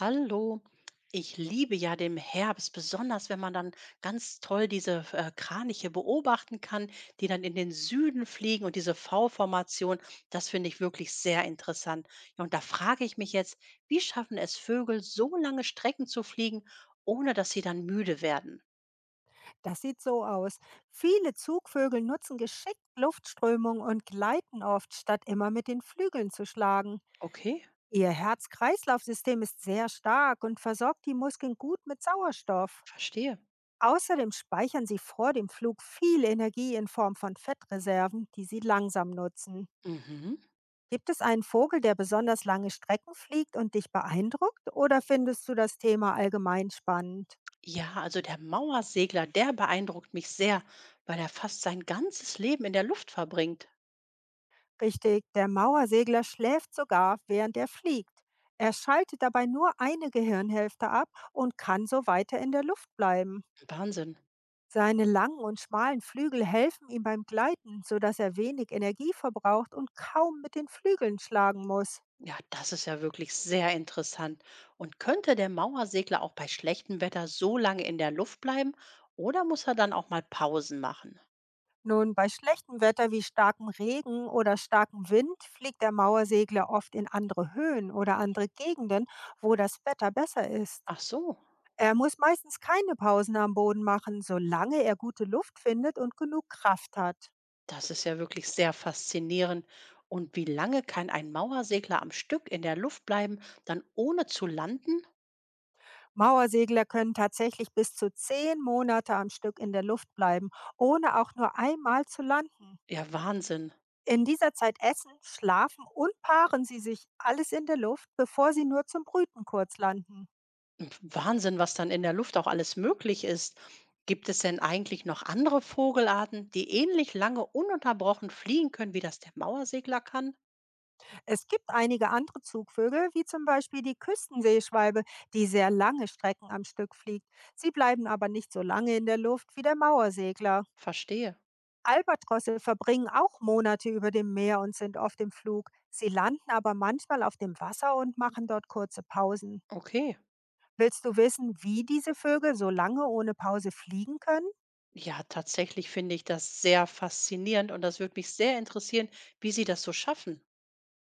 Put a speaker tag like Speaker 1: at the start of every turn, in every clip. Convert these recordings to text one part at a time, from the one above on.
Speaker 1: Hallo. Ich liebe ja den Herbst, besonders wenn man dann ganz toll diese Kraniche beobachten kann, die dann in den Süden fliegen und diese V-Formation, das finde ich wirklich sehr interessant. Ja, und da frage ich mich jetzt, wie schaffen es Vögel, so lange Strecken zu fliegen, ohne dass sie dann müde werden?
Speaker 2: Das sieht so aus. Viele Zugvögel nutzen geschickt Luftströmung und gleiten oft, statt immer mit den Flügeln zu schlagen.
Speaker 1: Okay,
Speaker 2: Ihr Herz-Kreislauf-System ist sehr stark und versorgt die Muskeln gut mit Sauerstoff.
Speaker 1: verstehe.
Speaker 2: Außerdem speichern sie vor dem Flug viel Energie in Form von Fettreserven, die sie langsam nutzen.
Speaker 1: Mhm.
Speaker 2: Gibt es einen Vogel, der besonders lange Strecken fliegt und dich beeindruckt, oder findest du das Thema allgemein spannend?
Speaker 1: Ja, also der Mauersegler, der beeindruckt mich sehr, weil er fast sein ganzes Leben in der Luft verbringt.
Speaker 2: Richtig, der Mauersegler schläft sogar, während er fliegt. Er schaltet dabei nur eine Gehirnhälfte ab und kann so weiter in der Luft bleiben.
Speaker 1: Wahnsinn.
Speaker 2: Seine langen und schmalen Flügel helfen ihm beim Gleiten, sodass er wenig Energie verbraucht und kaum mit den Flügeln schlagen muss.
Speaker 1: Ja, das ist ja wirklich sehr interessant. Und könnte der Mauersegler auch bei schlechtem Wetter so lange in der Luft bleiben oder muss er dann auch mal Pausen machen?
Speaker 2: Nun, bei schlechtem Wetter wie starkem Regen oder starkem Wind fliegt der Mauersegler oft in andere Höhen oder andere Gegenden, wo das Wetter besser ist.
Speaker 1: Ach so,
Speaker 2: Er muss meistens keine Pausen am Boden machen, solange er gute Luft findet und genug Kraft hat.
Speaker 1: das ist ja wirklich sehr faszinierend. Und wie lange kann ein Mauersegler am Stück in der Luft bleiben, dann ohne zu landen?
Speaker 2: Mauersegler können tatsächlich bis zu 10 Monate am Stück in der Luft bleiben, ohne auch nur einmal zu landen.
Speaker 1: Ja, Wahnsinn.
Speaker 2: In dieser Zeit essen, schlafen und paaren sie sich alles in der Luft, bevor sie nur zum Brüten kurz landen.
Speaker 1: Hm, Wahnsinn, was dann in der Luft auch alles möglich ist. Gibt es denn eigentlich noch andere Vogelarten, die ähnlich lange ununterbrochen fliegen können, wie das der Mauersegler kann?
Speaker 2: Es gibt einige andere Zugvögel, wie zum Beispiel die Küstenseeschwalbe, die sehr lange Strecken am Stück fliegt. Sie bleiben aber nicht so lange in der Luft wie der Mauersegler.
Speaker 1: Verstehe.
Speaker 2: Albatrosse verbringen auch Monate über dem Meer und sind oft im Flug. Sie landen aber manchmal auf dem Wasser und machen dort kurze Pausen.
Speaker 1: Okay.
Speaker 2: Willst du wissen, wie diese Vögel so lange ohne Pause fliegen können?
Speaker 1: Ja, tatsächlich finde ich das sehr faszinierend und das würde mich sehr interessieren, wie Sie das so schaffen.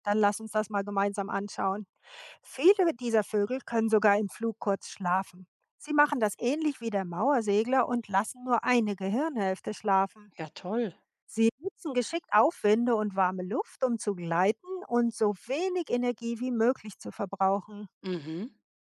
Speaker 2: Dann lass uns das mal gemeinsam anschauen. Viele dieser Vögel können sogar im Flug kurz schlafen. Sie machen das ähnlich wie der Mauersegler und lassen nur eine Gehirnhälfte schlafen.
Speaker 1: Ja, toll.
Speaker 2: Sie nutzen geschickt Aufwinde und warme Luft, um zu gleiten und so wenig Energie wie möglich zu verbrauchen.
Speaker 1: Mhm.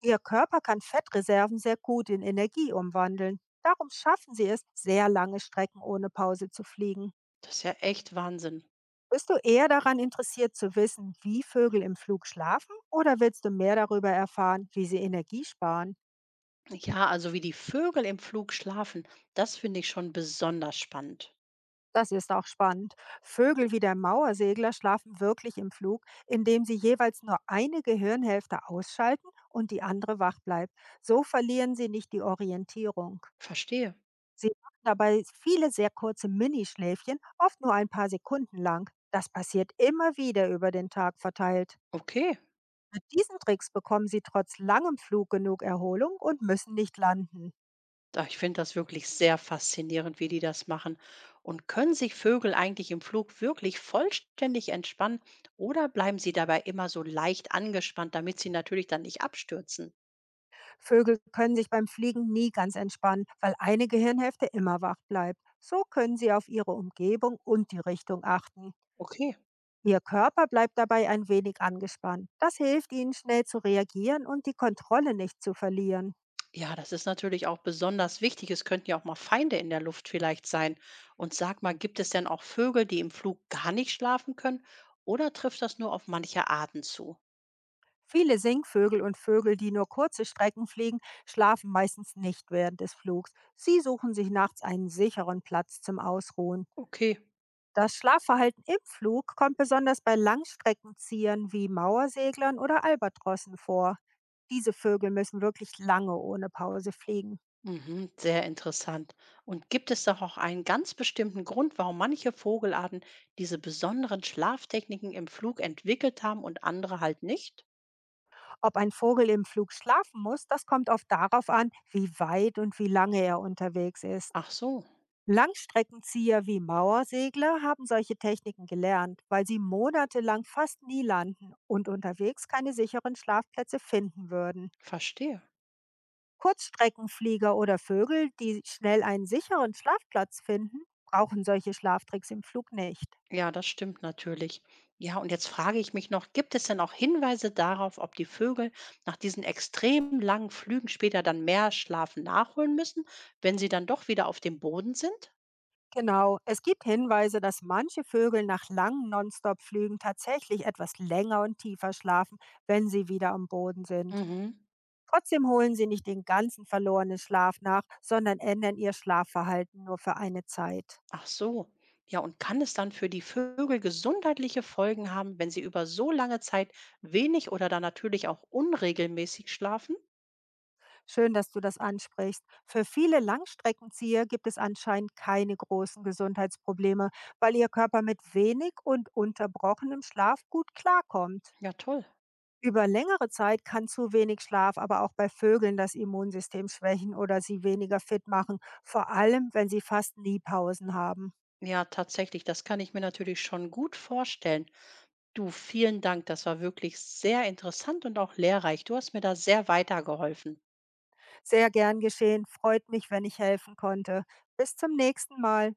Speaker 2: Ihr Körper kann Fettreserven sehr gut in Energie umwandeln. Darum schaffen sie es, sehr lange Strecken ohne Pause zu fliegen.
Speaker 1: Das ist ja echt Wahnsinn.
Speaker 2: Bist du eher daran interessiert zu wissen, wie Vögel im Flug schlafen, oder willst du mehr darüber erfahren, wie sie Energie sparen?
Speaker 1: Ja, also wie die Vögel im Flug schlafen, das finde ich schon besonders spannend.
Speaker 2: Das ist auch spannend. Vögel wie der Mauersegler schlafen wirklich im Flug, indem sie jeweils nur eine Gehirnhälfte ausschalten und die andere wach bleibt. So verlieren sie nicht die Orientierung.
Speaker 1: Verstehe.
Speaker 2: Sie machen dabei viele sehr kurze Minischläfchen, oft nur ein paar Sekunden lang. Das passiert immer wieder über den Tag verteilt.
Speaker 1: Okay.
Speaker 2: Mit diesen Tricks bekommen sie trotz langem Flug genug Erholung und müssen nicht landen.
Speaker 1: Ich finde das wirklich sehr faszinierend, wie die das machen. Und können sich Vögel eigentlich im Flug wirklich vollständig entspannen oder bleiben sie dabei immer so leicht angespannt, damit sie natürlich dann nicht abstürzen?
Speaker 2: Vögel können sich beim Fliegen nie ganz entspannen, weil eine Gehirnhälfte immer wach bleibt. So können sie auf ihre Umgebung und die Richtung achten.
Speaker 1: Okay.
Speaker 2: Ihr Körper bleibt dabei ein wenig angespannt. Das hilft ihnen, schnell zu reagieren und die Kontrolle nicht zu verlieren.
Speaker 1: Ja, das ist natürlich auch besonders wichtig. Es könnten ja auch mal Feinde in der Luft vielleicht sein. Und sag mal, gibt es denn auch Vögel, die im Flug gar nicht schlafen können? Oder trifft das nur auf manche Arten zu?
Speaker 2: Viele Singvögel und Vögel, die nur kurze Strecken fliegen, schlafen meistens nicht während des Flugs. Sie suchen sich nachts einen sicheren Platz zum Ausruhen.
Speaker 1: Okay,
Speaker 2: Das Schlafverhalten im Flug kommt besonders bei Langstreckenziehern wie Mauerseglern oder Albatrossen vor. Diese Vögel müssen wirklich lange ohne Pause fliegen.
Speaker 1: mhm, sehr interessant. Und gibt es doch auch einen ganz bestimmten Grund, warum manche Vogelarten diese besonderen Schlaftechniken im Flug entwickelt haben und andere halt nicht?
Speaker 2: Ob ein Vogel im Flug schlafen muss, das kommt oft darauf an, wie weit und wie lange er unterwegs ist.
Speaker 1: Ach so,
Speaker 2: Langstreckenzieher wie Mauersegler haben solche Techniken gelernt, weil sie monatelang fast nie landen und unterwegs keine sicheren Schlafplätze finden würden.
Speaker 1: verstehe.
Speaker 2: Kurzstreckenflieger oder Vögel, die schnell einen sicheren Schlafplatz finden, brauchen solche Schlaftricks im Flug nicht.
Speaker 1: Ja, das stimmt natürlich. Ja, und jetzt frage ich mich noch, gibt es denn auch Hinweise darauf, ob die Vögel nach diesen extrem langen Flügen später dann mehr Schlaf nachholen müssen, wenn sie dann doch wieder auf dem Boden sind?
Speaker 2: Genau, es gibt Hinweise, dass manche Vögel nach langen Nonstop-Flügen tatsächlich etwas länger und tiefer schlafen, wenn sie wieder am Boden sind.
Speaker 1: Mhm.
Speaker 2: Trotzdem holen sie nicht den ganzen verlorenen Schlaf nach, sondern ändern ihr Schlafverhalten nur für eine Zeit.
Speaker 1: Ach so. Ja, und kann es dann für die Vögel gesundheitliche Folgen haben, wenn sie über so lange Zeit wenig oder dann natürlich auch unregelmäßig schlafen?
Speaker 2: Schön, dass du das ansprichst. Für viele Langstreckenzieher gibt es anscheinend keine großen Gesundheitsprobleme, weil ihr Körper mit wenig und unterbrochenem Schlaf gut klarkommt.
Speaker 1: Ja, toll.
Speaker 2: Über längere Zeit kann zu wenig Schlaf aber auch bei Vögeln das Immunsystem schwächen oder sie weniger fit machen, vor allem wenn sie fast nie Pausen haben.
Speaker 1: Ja, tatsächlich, das kann ich mir natürlich schon gut vorstellen. Du, vielen Dank. Das war wirklich sehr interessant und auch lehrreich. Du hast mir da sehr weitergeholfen.
Speaker 2: Sehr gern geschehen, freut mich, wenn ich helfen konnte. Bis zum nächsten Mal.